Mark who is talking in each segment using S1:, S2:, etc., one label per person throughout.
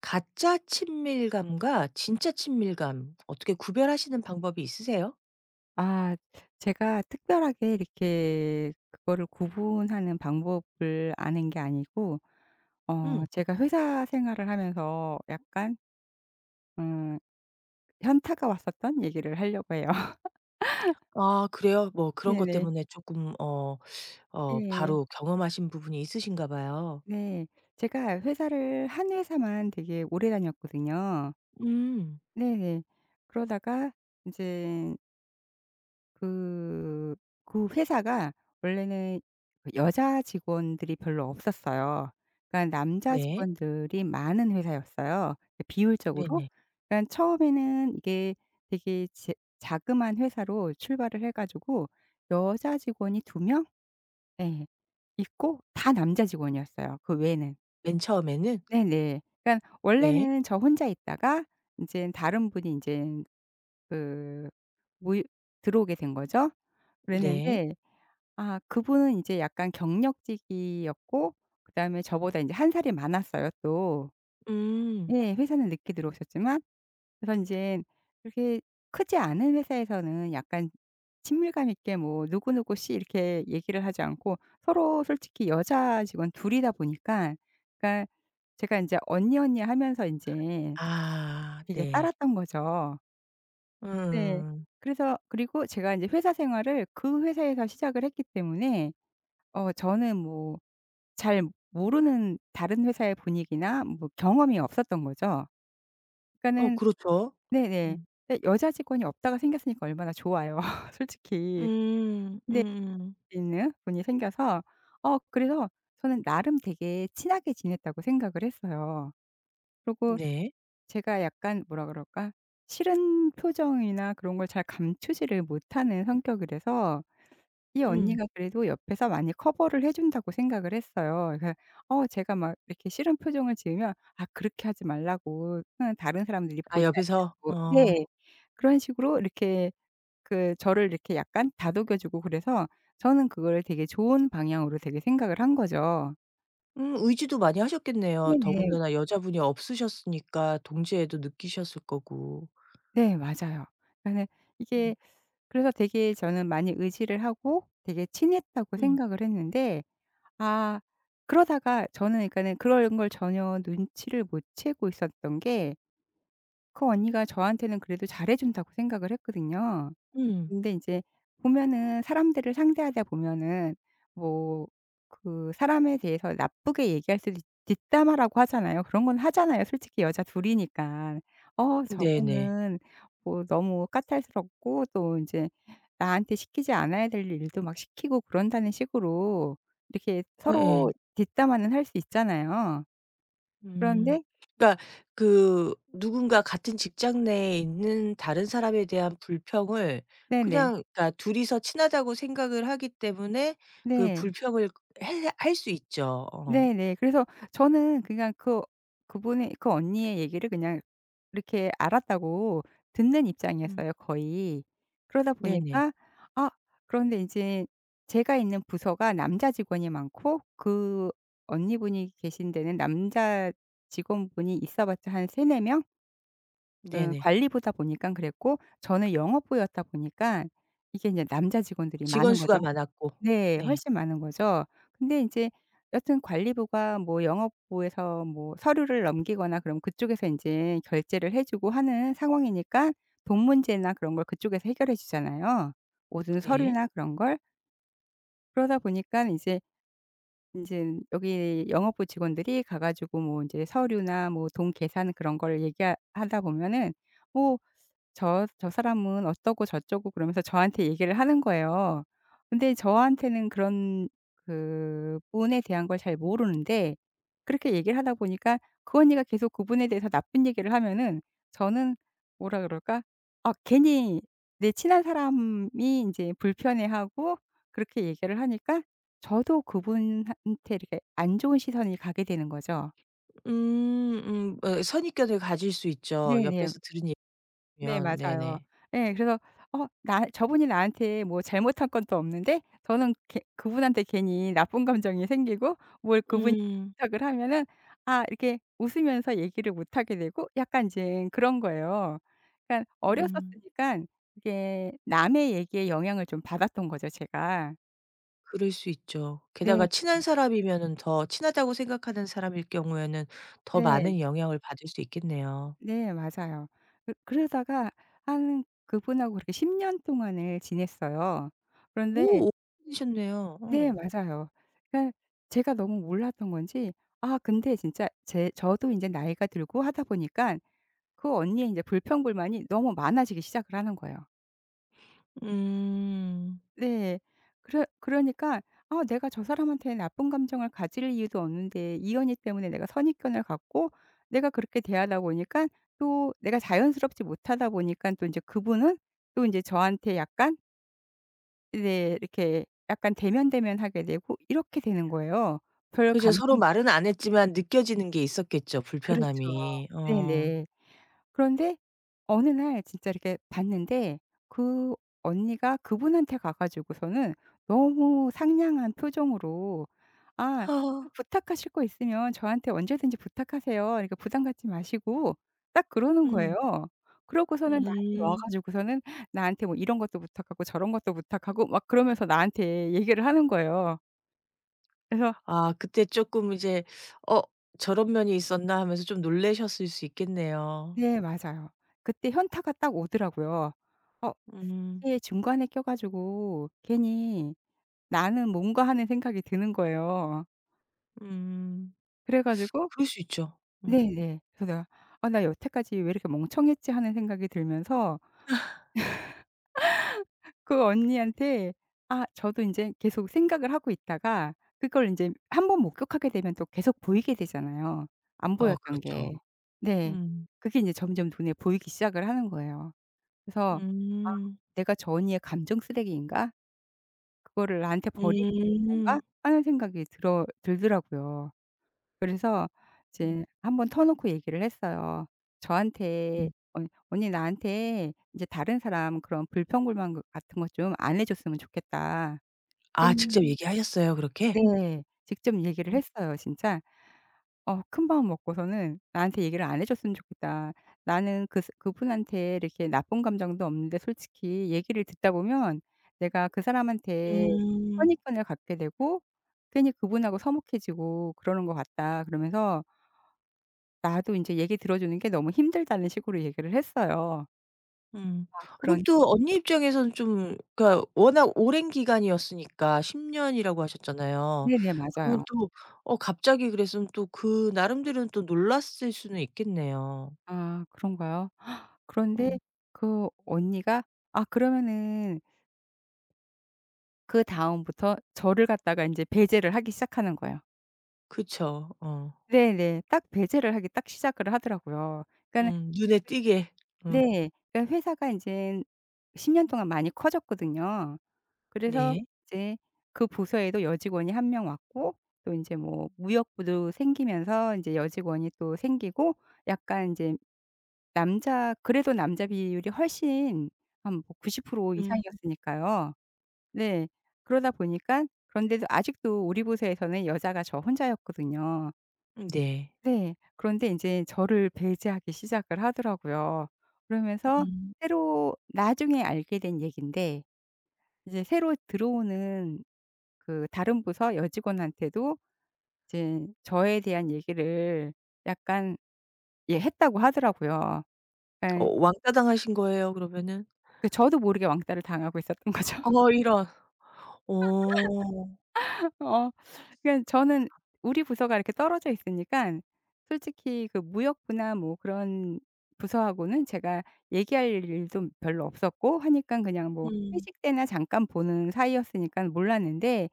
S1: 가짜 친밀감과 진짜 친밀감 어떻게 구별하시는 방법이 있으세요?
S2: 아 제가 특별하게 이렇게 그거를 구분하는 방법을 아는 게 아니고
S1: 음.
S2: 제가 회사 생활을 하면서 약간 음 현타가 왔었던 얘기를 하려고 해요.
S1: 아 그래요? 뭐 그런 것
S2: 네네.
S1: 때문에 쪼끔 어 어
S2: 네
S1: 바로 경험하신 부분이 있으신가 봐요.
S2: 네. 제가 회사를 한 회사만 되게 오래 다녔거든요.
S1: 음.
S2: 네네. 그러다가 이제 그 그 회사가 원래는 그 여자 직원들이 별로 없었어요. 그러니까 남자
S1: 네.
S2: 직원들이 많은 회사였어요, 그 비율적으로.
S1: 네네.
S2: 그러니까 처음에는 이게 되게 제 자그마한 회사로 출발을 해 가지고 여자 직원이 두 명 네. 있고 다 남자 직원이었어요, 그 외에는.
S1: 맨 처음에는?
S2: 네네. 그러니까
S1: 네.
S2: 원래는 저 혼자 있다가 이제 다른 분이 이제 그 모이 들어오게 된 거죠.
S1: 네.
S2: 그랬는데 그분은 인제 약간 경력직이었고 그다음에 저보다 인제 한 살이 많았어요 또.
S1: 음.
S2: 예. 회사는 늦게 들어오셨지만. 그래서 인젠 그렇게 크지 않은 회사에서는 약간 친밀감 있게 뭐 누구누구 씨 이렇게 얘기를 하지 않고 서로 솔직히 여자 직원 둘 이다 보니까 그러니까 제가 인제 언니, 언니 하면서 인제
S1: 아
S2: 되게
S1: 네.
S2: 따랐던 거죠. 네.
S1: 음.
S2: 그래서 그리고 제가 인제 회사 생활을 그 회사에서 시작을 했기 때문에 저는 뭐 잘 모르는 다른 회사의 분위기나 뭐 경험이 없었던 거죠.
S1: 어
S2: 그러니까는
S1: 그렇죠.
S2: 네네.
S1: 음.
S2: 예, 여자 직원이 없다가 생겼으니까 얼마나 좋아요 솔직히.
S1: 음.
S2: 네.
S1: 음음.
S2: 있는 분이 생겨서 그래서 저는 나름 되게 친하게 지냈다고 생각을 했어요. 그리고
S1: 네.
S2: 제가 약간 뭐라 그럴까? 싫은 표정이나 그런 걸 잘 감추지를 못하는 성격이라서 이
S1: 음.
S2: 언니가 그래도 옆에서 많이 커버를 해 준다고 생각을 했어요. 그어 제가 막 이렇게 싫은 표정을 지으면 "아 그렇게 하지 말라고. 응 다른 사람들이
S1: 아
S2: 보지
S1: 옆에서?
S2: 않냐고."
S1: 어.
S2: 네. 그런 식으로 이렇게 저를 이렇게 약간 다독여 주고 그래서 저는 그거를 되게 좋은 방향으로 되게 생각을 한 거죠.
S1: 의지도 많이 하셨겠네요.
S2: 네네.
S1: 더군다나 여자분이 없으셨으니까 동지애도 느끼셨을 거고.
S2: 네 맞아요. 그러니까는
S1: 어.
S2: 이게 그래서 되게 저는 많이 의지를 하고 되게 친했다고
S1: 음.
S2: 생각을 했는데 아 그러다가 저는 그러니까는 그런 걸 전혀 눈치를 못 채고 있었던 게 그 언니가 저한테는 그래도 잘해 준다고 생각을 했거든요.
S1: 음.
S2: 근데 이제 보면은 사람들을 상대하다 보면은 뭐 그 사람에 대해서 나쁘게 얘기할 수도 있 뒷담화라고 하잖아요. 그런 건 하잖아요, 솔직히 여자 둘 이니까. "어
S1: 네네.
S2: 저분은 뭐 너무 까탈스럽고 또 이제 나한테 시키지 않아야 될 일도 막 시키고 그런다."는 식으로 이렇게 서로
S1: 예예.
S2: 뒷담화는 할 수 있잖아요.
S1: 음.
S2: 그런데
S1: 그러니까 그 누군가 같은 직장 내에 있는 다른 사람에 대한 불평을
S2: 네네.
S1: 그냥 그러니까 둘이서 친하다고 생각을 하기 때문에 그
S2: 네.
S1: 불평을 해 할 수 있죠. 어.
S2: 네네. 그래서 저는 그냥 그분의 그 언니의 얘기를 그냥 이렇게 알았다고 듣는
S1: 음.
S2: 입장이었어요 거의. 그러다
S1: 네네.
S2: 보니까 아 그런데 인제 제가 있는 부서가 남자 직원이 많고 그 언니분이 계신 데는 남자 직원분이 있어 봤자 한 3-4 명?
S1: 네네.
S2: 관리부다 보니깐 그랬고 저는 영업부였다 보니깐 이게 인제 남자 직원들이
S1: 직원
S2: 많은
S1: 수가
S2: 거죠.
S1: 많았고.
S2: 네.
S1: 네.
S2: 훨씬 많은 거죠. 근데 인제 여튼 관리부가 뭐 영업부에서 뭐 서류를 넘기거나 그럼 그쪽에서 인제 결제를 해 주고 하는 상황이니까 돈 문제나 그런 걸 그쪽에서 해결해 주잖아요, 모든
S1: 네.
S2: 서류나 그런 걸. 그러다 보니까 인제 인젠 여기 영업부 직원들이 가 가지고 뭐 인제 서류나 뭐 돈 계산 그런 걸 얘기하 하다 보면은 뭐 저 사람은 어떠고 저쩌고 그러면서 저한테 얘기를 하는 거예요. 근데 저한테는 그런 그분에 대한 걸 잘 모르는데 그렇게 얘기를 하다 보니까 그 언니가 계속 그분에 대해서 나쁜 얘기를 하면은 저는 뭐라 그럴까? 아 괜히 내 친한 사람이 이제 불편해하고 그렇게 얘기를 하니까 저도 그분한테 이렇게 안 좋은 시선이 가게 되는 거죠.
S1: 음. 음. 어 선입견을 가질 수 있죠.
S2: 네네.
S1: 옆에서 들은
S2: 네
S1: 얘기면.
S2: 맞아요.
S1: 네네.
S2: 예. 그래서 어 나 저분이 나한테 뭐 잘못한 건 또 없는데 저는 그분한테 괜히 나쁜 감정이 생기고 뭘 그분이
S1: 음.
S2: 부탁을 하면은 아 이렇게 웃으면서 얘기를 못 하게 되고 약간 이제 그런 거예요. 그러니까 어렸었
S1: 음.
S2: 으니까 이게 남의 얘기에 영향을 좀 받았던 거죠 제가.
S1: 그럴 수 있죠. 게다가
S2: 네.
S1: 친한 사람이면은 더 친하다고 생각하는 사람일 경우에는 더
S2: 네.
S1: 많은 영향을 받을 수 있겠네요.
S2: 네 맞아요. 그러다가 한 그분하고 그렇게 10년 동안을 지냈어요. 그런데
S1: 오 오셨네요.
S2: 네
S1: 어.
S2: 맞아요. 그러니까 제가 너무 몰랐던 건지 아 근데 진짜 제 저도 이제 나이가 들고 하다 보니까 그 언니의 이제 불평불만이 너무 많아지기 시작을 하는 거예요.
S1: 음.
S2: 네. 그러니까 '아 내가 저 사람한테 나쁜 감정을 가질 이유도 없는데 이 언니 때문에 내가 선입견을 갖고 내가 그렇게 대하다 보니까 또 내가 자연스럽지 못하다 보니까 또 이제 그분은 또 이제 저한테 약간 네 이렇게 약간 대면대면하게 되고 이렇게 되는 거예요. 별
S1: 그죠. 서로
S2: 감정
S1: 말은 안 했지만 느껴지는 게 있었겠죠,
S2: 그렇죠.
S1: 불편함이. 어.
S2: 네네. 그런데 어느 날 진짜 이렇게 봤는데 그 언니가 그분한테 가 가지고서는 너무 상냥한 표정으로 "아 또
S1: 아.
S2: 부탁하실 거 있으면 저한테 언제든지 부탁하세요. 그러니까 부담 갖지 마시고." 딱 그러는 거예요.
S1: 음.
S2: 그러고서는 나한테 와
S1: 음.
S2: 가지고서는 나한테 뭐 이런 것도 부탁하고 저런 것도 부탁하고 막 그러면서 나한테 얘기를 하는 거예요. 그래서
S1: 아 그때 조금 이제 '어 저런 면이 있었나.' 하면서 좀 놀라셨을 수 있겠네요.
S2: 네 맞아요. 그때 현타가 딱 오더라고요. 어
S1: 음.
S2: 이게 중간에 껴 가지고 괜히 '나는 뭔가.' 하는 생각이 드는 거예요.
S1: 음.
S2: 그래 가지고
S1: 그럴 수 있죠. 음.
S2: 네네. 그래서 내가 '아 나 여태까지 왜 이렇게 멍청했지.' 하는 생각이 들면서 그 언니한테 아 저도 이제 계속 생각을 하고 있다가 그걸 이제 한번 목격하게 되면 또 계속 보이게 되잖아요, 안
S1: 아
S2: 보였던
S1: 그렇죠.
S2: 게. 네.
S1: 음.
S2: 그게 이제 점점 눈에 보이기 시작을 하는 거예요. 그래서 '아
S1: 음.
S2: 내가 저 언니의 감정 쓰레기인가?' '그거를 나한테 버리게 된
S1: 음.
S2: 건가?' 하는 생각이 들어 들더라고요. 그래서
S1: 음
S2: 이제 한번 터놓고 얘기를 했어요. 저한테
S1: 음.
S2: "언 언니 나한테 이제 다른 사람 그런 불평불만 그 같은 것 좀 안 해 줬으면 좋겠다."
S1: 아
S2: 괜히
S1: 직접 얘기하셨어요 그렇게?
S2: 네. 직접 얘기를 했어요 진짜. 어 큰마음 먹고서는 나한테 얘기를 안 해 줬으면 좋겠다. 나는 그 스 그분한테 이렇게 나쁜 감정도 없는데 솔직히 얘기를 듣다 보면 내가 그 사람한테
S1: 음.
S2: 선입견을 갖게 되고 괜히 그분하고 서먹해지고 그러는 것 같다. 그러면서 나도 이제 얘기 들어 주는 게 너무 힘들다는 식으로 얘기를 했어요.
S1: 음.
S2: 아
S1: 어 그럼
S2: 그런데
S1: 또 언니 입장에서는 좀 그러니까 워낙 오랜 기간이었으니까 10 년이라고 하셨잖아요.
S2: 네네
S1: 그러면
S2: 맞아요.
S1: 또 어 갑자기 그랬으면 또 그 나름대로는 또 놀랐을 수는 있겠네요.
S2: 아 그런가요?
S1: 어.
S2: 그런데 그 언니가 아 그러면은 그다음부터 저를 갖다가 이제 배제를 하기 시작하는 거예요.
S1: 그쵸. 어.
S2: 네네. 딱 배제를 하기 딱 시작을 하더라고요. 그러니까는
S1: 눈에 띄게. 음
S2: 네. 그러니까 회사가 인젠 10년 동안 많이 커졌거든요. 그래서
S1: 네.
S2: 이제 그 부서에도 여직원이 한 명 왔고 또 인제 뭐 무역부도 생기면서 인제 여직원이 또 생기고 약간 인제 남자 그래도 남자 비율이 훨씬 한 뭐 90%
S1: 음
S2: 이상이었으니까요. 네. 그러다 보니깐 그런데도 아직도 우리 부서에서는 여자가 저 혼자였거든요.
S1: 네.
S2: 네. 그런데 인제 저를 배제하기 시작을 하더라고요. 그러면서
S1: 음.
S2: 새로 나중에 알게 된 얘기인데 이제 새로 들어오는 그 다른 부서 여직원한테도 이제 저에 대한 얘기를 약간 예 했다고 하더라고요.
S1: 어
S2: 예.
S1: 왕따당하신 거예요 그러면은?
S2: 그 저도 모르게 왕따를 당하고 있었던 거죠.
S1: 어 이런. 어.
S2: 어. 그러니까 저는 우리 부서가 이렇게 떨어져 있으니까 솔직히 그 무역부나 뭐 그런 부서하고는 제가 얘기할 일도 별로 없었고 하니깐 그냥 뭐
S1: 음.
S2: 회식 때나 잠깐 보는 사이였으니깐 몰랐는데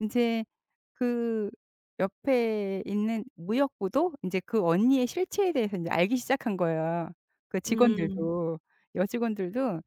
S2: 인제 그 옆에 있는 무역부도 인제 그 언니의 실체에 대해서 인제 알기 시작한 거예요. 그
S1: 음.
S2: 직원들도 여직원들도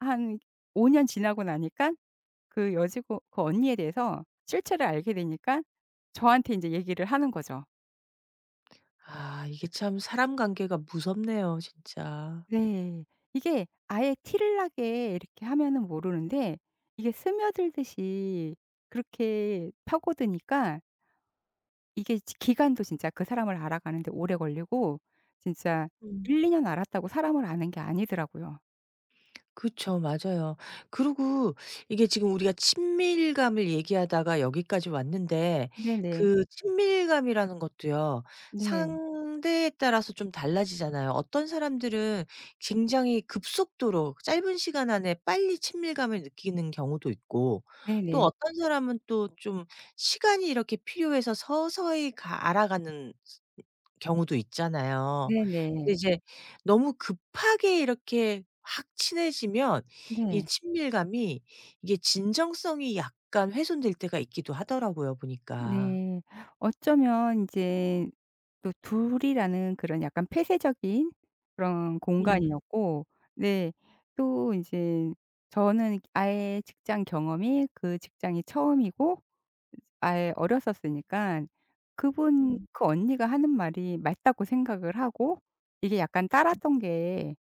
S2: 한 5년 지나고 나니깐 그 여지고 그 언니에 대해서 실체를 알게 되니까 저한테 인제 얘기를 하는 거죠.
S1: 아 이게 참 사람 관계가 무섭네요 진짜.
S2: 네. 이게 아예 티를 나게 이렇게 하면은 모르는데 이게 스며들듯이 그렇게 파고드니까 이게 지 기간도 진짜 그 사람을 알아가는데 오래 걸리고 진짜
S1: 음.
S2: 1-2년 알았다고 사람을 아는 게 아니더라고요.
S1: 그쵸. 맞아요. 그리고 이게 지금 우리가 친밀감을 얘기하다가 여기까지 왔는데
S2: 네네.
S1: 그 친밀감이라는 것도요.
S2: 네.
S1: 상대에 따라서 좀 달라지잖아요. 어떤 사람들은 굉장히 급속도로 짧은 시간 안에 빨리 친밀감을 느끼는 경우도 있고 또
S2: 네네.
S1: 어떤 사람은 또 좀 시간이 이렇게 필요해서 서서히 가 알아가는 경우도 있잖아요. 근데
S2: 네네.
S1: 이제 너무 급하게 이렇게 확 친해지면 이
S2: 네.
S1: 친밀감이 이게 진정성이 약간 훼손될 때가 있기도 하더라고요 보니까.
S2: 네. 어쩌면 이제 또 둘이라는 그런 약간 폐쇄적인 그런
S1: 음.
S2: 공간이었고 네 또 이제 저는 아예 직장 경험이 그 직장이 처음이고 아예 어렸었으니까 그분
S1: 음.
S2: 그 언니가 하는 말이 맞다고 생각을 하고 이게 약간 따랐던 게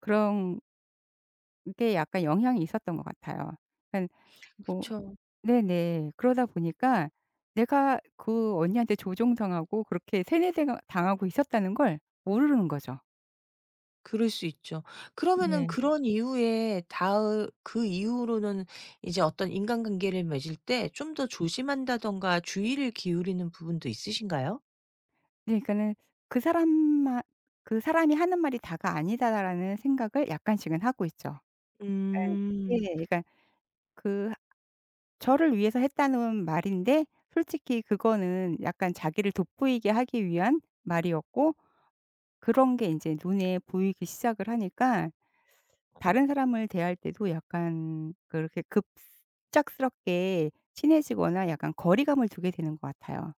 S2: 그런 게 약간 영향이 있었던 것 같아요. 그러니까뭐
S1: 그쵸.
S2: 네네. 그러다 보니까 내가 그 언니한테 조종당하고 그렇게 세뇌대가 당하고 있었다는 걸 모르는 거죠.
S1: 그럴 수 있죠. 그러면은
S2: 네.
S1: 그런 이후에 다그 이후로는 이제 어떤 인간관계를 맺을 때 좀 더 조심한다든가 주의를 기울이는 부분도 있으신가요?
S2: 네 그러니까는 그 사람만 그 사람이 하는 말이 다가 아니다라는 생각을 약간씩은 하고 있죠. 그러니까 네.
S1: 음.
S2: 그러니까 그 저를 위해서 했다는 말인데 솔직히 그거는 약간 자기를 돋보이게 하기 위한 말이었고 그런 게 인제 눈에 보이기 시작을 하니까 다른 사람을 대할 때도 약간 그렇게 급작스럽게 친해지거나 약간 거리감을 두게 되는 것 같아요.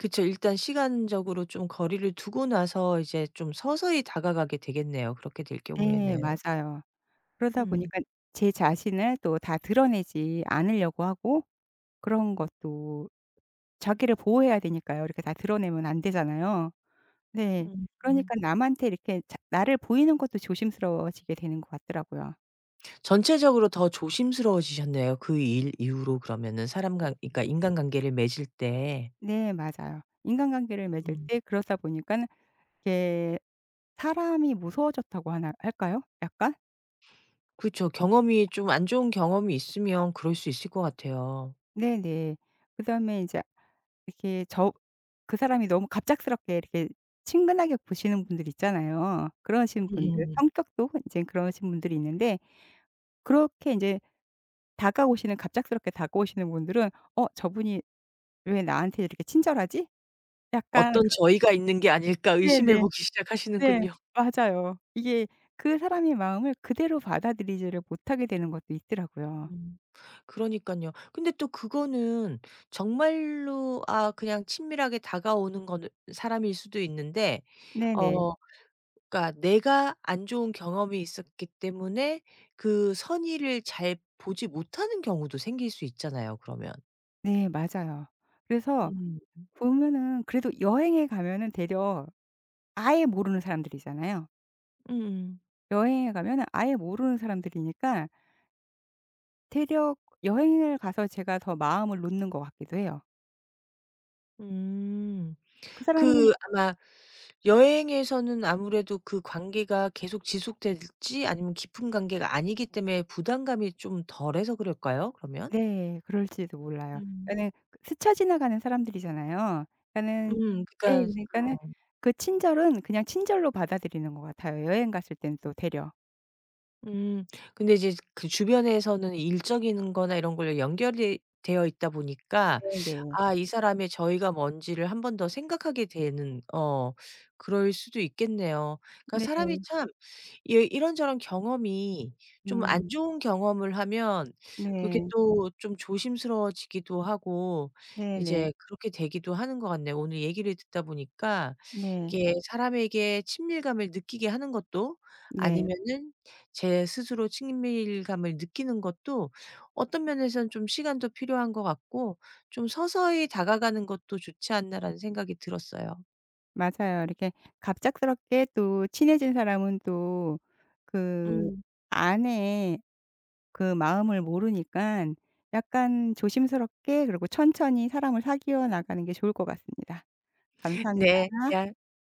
S1: 그쵸. 일단 시간적으로 좀 거리를 두고 나서 이제 좀 서서히 다가가게 되겠네요, 그렇게 될
S2: 네
S1: 경우에는.
S2: 맞아요. 그러다
S1: 음.
S2: 보니까 제 자신을 또 다 드러내지 않으려고 하고 그런 것도 자기를 보호해야 되니까요. 이렇게 다 드러내면 안 되잖아요. 네.
S1: 음. 음.
S2: 그러니까 남한테 이렇게 자 나를 보이는 것도 조심스러워지게 되는 것 같더라고요.
S1: 전체적으로 더 조심스러워지셨네요, 그 일 이후로 그러면은 사람 관 그러니까 인간관계를 맺을 때.
S2: 네 맞아요. 인간관계를 맺을
S1: 음.
S2: 때 그러다 보니까 이게 사람이 무서워졌다고 하나 할까요? 약간?
S1: 그쵸. 경험이 좀 안 좋은 경험이 있으면 그럴 수 있을 것 같아요.
S2: 네네. 그다음에 인제 이렇게 저 그 사람이 너무 갑작스럽게 이렇게 친근하게 보시는 분들 있잖아요. 그러신 분들
S1: 음음.
S2: 성격도 인제 그러신 분들이 있는데 그렇게 인제 다가오시는 갑작스럽게 다가오시는 분들은 '어 저분이 왜 나한테 이렇게 친절하지?' 약간
S1: '어떤 저희가 있는 게 아닐까?' 의심해
S2: 네네.
S1: 보기
S2: 네. 네.
S1: 시작하시는군요.
S2: 맞아요. 이게 그 사람의 마음을 그대로 받아들이지를 못하게 되는 것도 있더라고요.
S1: 음. 그러니깐요. 근데 또 그거는 정말로 아 그냥 친밀하게 다가오는 거는 사람일 수도 있는데
S2: 네네.
S1: 어 그러니까 내가 안 좋은 경험이 있었기 때문에 그 선의를 잘 보지 못하는 경우도 생길 수 있잖아요 그러면.
S2: 네 맞아요. 그래서
S1: 음.
S2: 보면은 그래도 여행에 가면은 되려 아예 모르는 사람들이잖아요.
S1: 음음.
S2: 여행에 가면은 아예 모르는 사람들이니까 대략 여행을 가서 제가 더 마음을 놓는 것 같기도 해요.
S1: 음.
S2: 그
S1: 그
S2: 사람이
S1: 아마 여행에서는 아무래도 그 관계가 계속 지속될지 아니면 깊은 관계가 아니기 때문에 부담감이 좀 덜해서 그럴까요 그러면?
S2: 네 그럴지도 몰라요.
S1: 음.
S2: 그러니까는 그 스쳐 지나가는 사람들이잖아요. 그러니까는 예
S1: 그러니까
S2: 그러니까는
S1: 어.
S2: 그 친절은 그냥 친절로 받아들이는 것 같아요, 여행 갔을 땐 또 되려.
S1: 음 근데 이제 그 주변에서는 일적인 거나 이런 걸로 연결이 되어 있다 보니까
S2: 네네.
S1: '아 이 사람의 저희가 뭔지를 한 번 더 생각하게 되는' 어 그럴 수도 있겠네요. 그러니까
S2: 네.
S1: 사람이
S2: 네.
S1: 참 예 이런저런 경험이 좀 안
S2: 음.
S1: 좋은 경험을 하면 그게
S2: 네.
S1: 또 좀 조심스러워지기도 하고
S2: 네네.
S1: 이제 그렇게 되기도 하는 것 같네요. 오늘 얘기를 듣다 보니까
S2: 네.
S1: 이게 사람에게 친밀감을 느끼게 하는 것도
S2: 네. 네.
S1: 아니면은 제 스스로 친밀감을 느끼는 것도 어떤 면에서는 좀 시간도 필요한 것 같고 좀 서서히 다가가는 것도 좋지 않나라는 생각이 들었어요.
S2: 맞아요. 이렇게 갑작스럽게 또 친해진 사람은 또 그
S1: 음.
S2: 안에 그 마음을 모르니까 약간 조심스럽게 그리고 천천히 사람을 사귀어 나가는 게 좋을 것 같습니다.
S1: 네.
S2: 감사합니다.
S1: 대화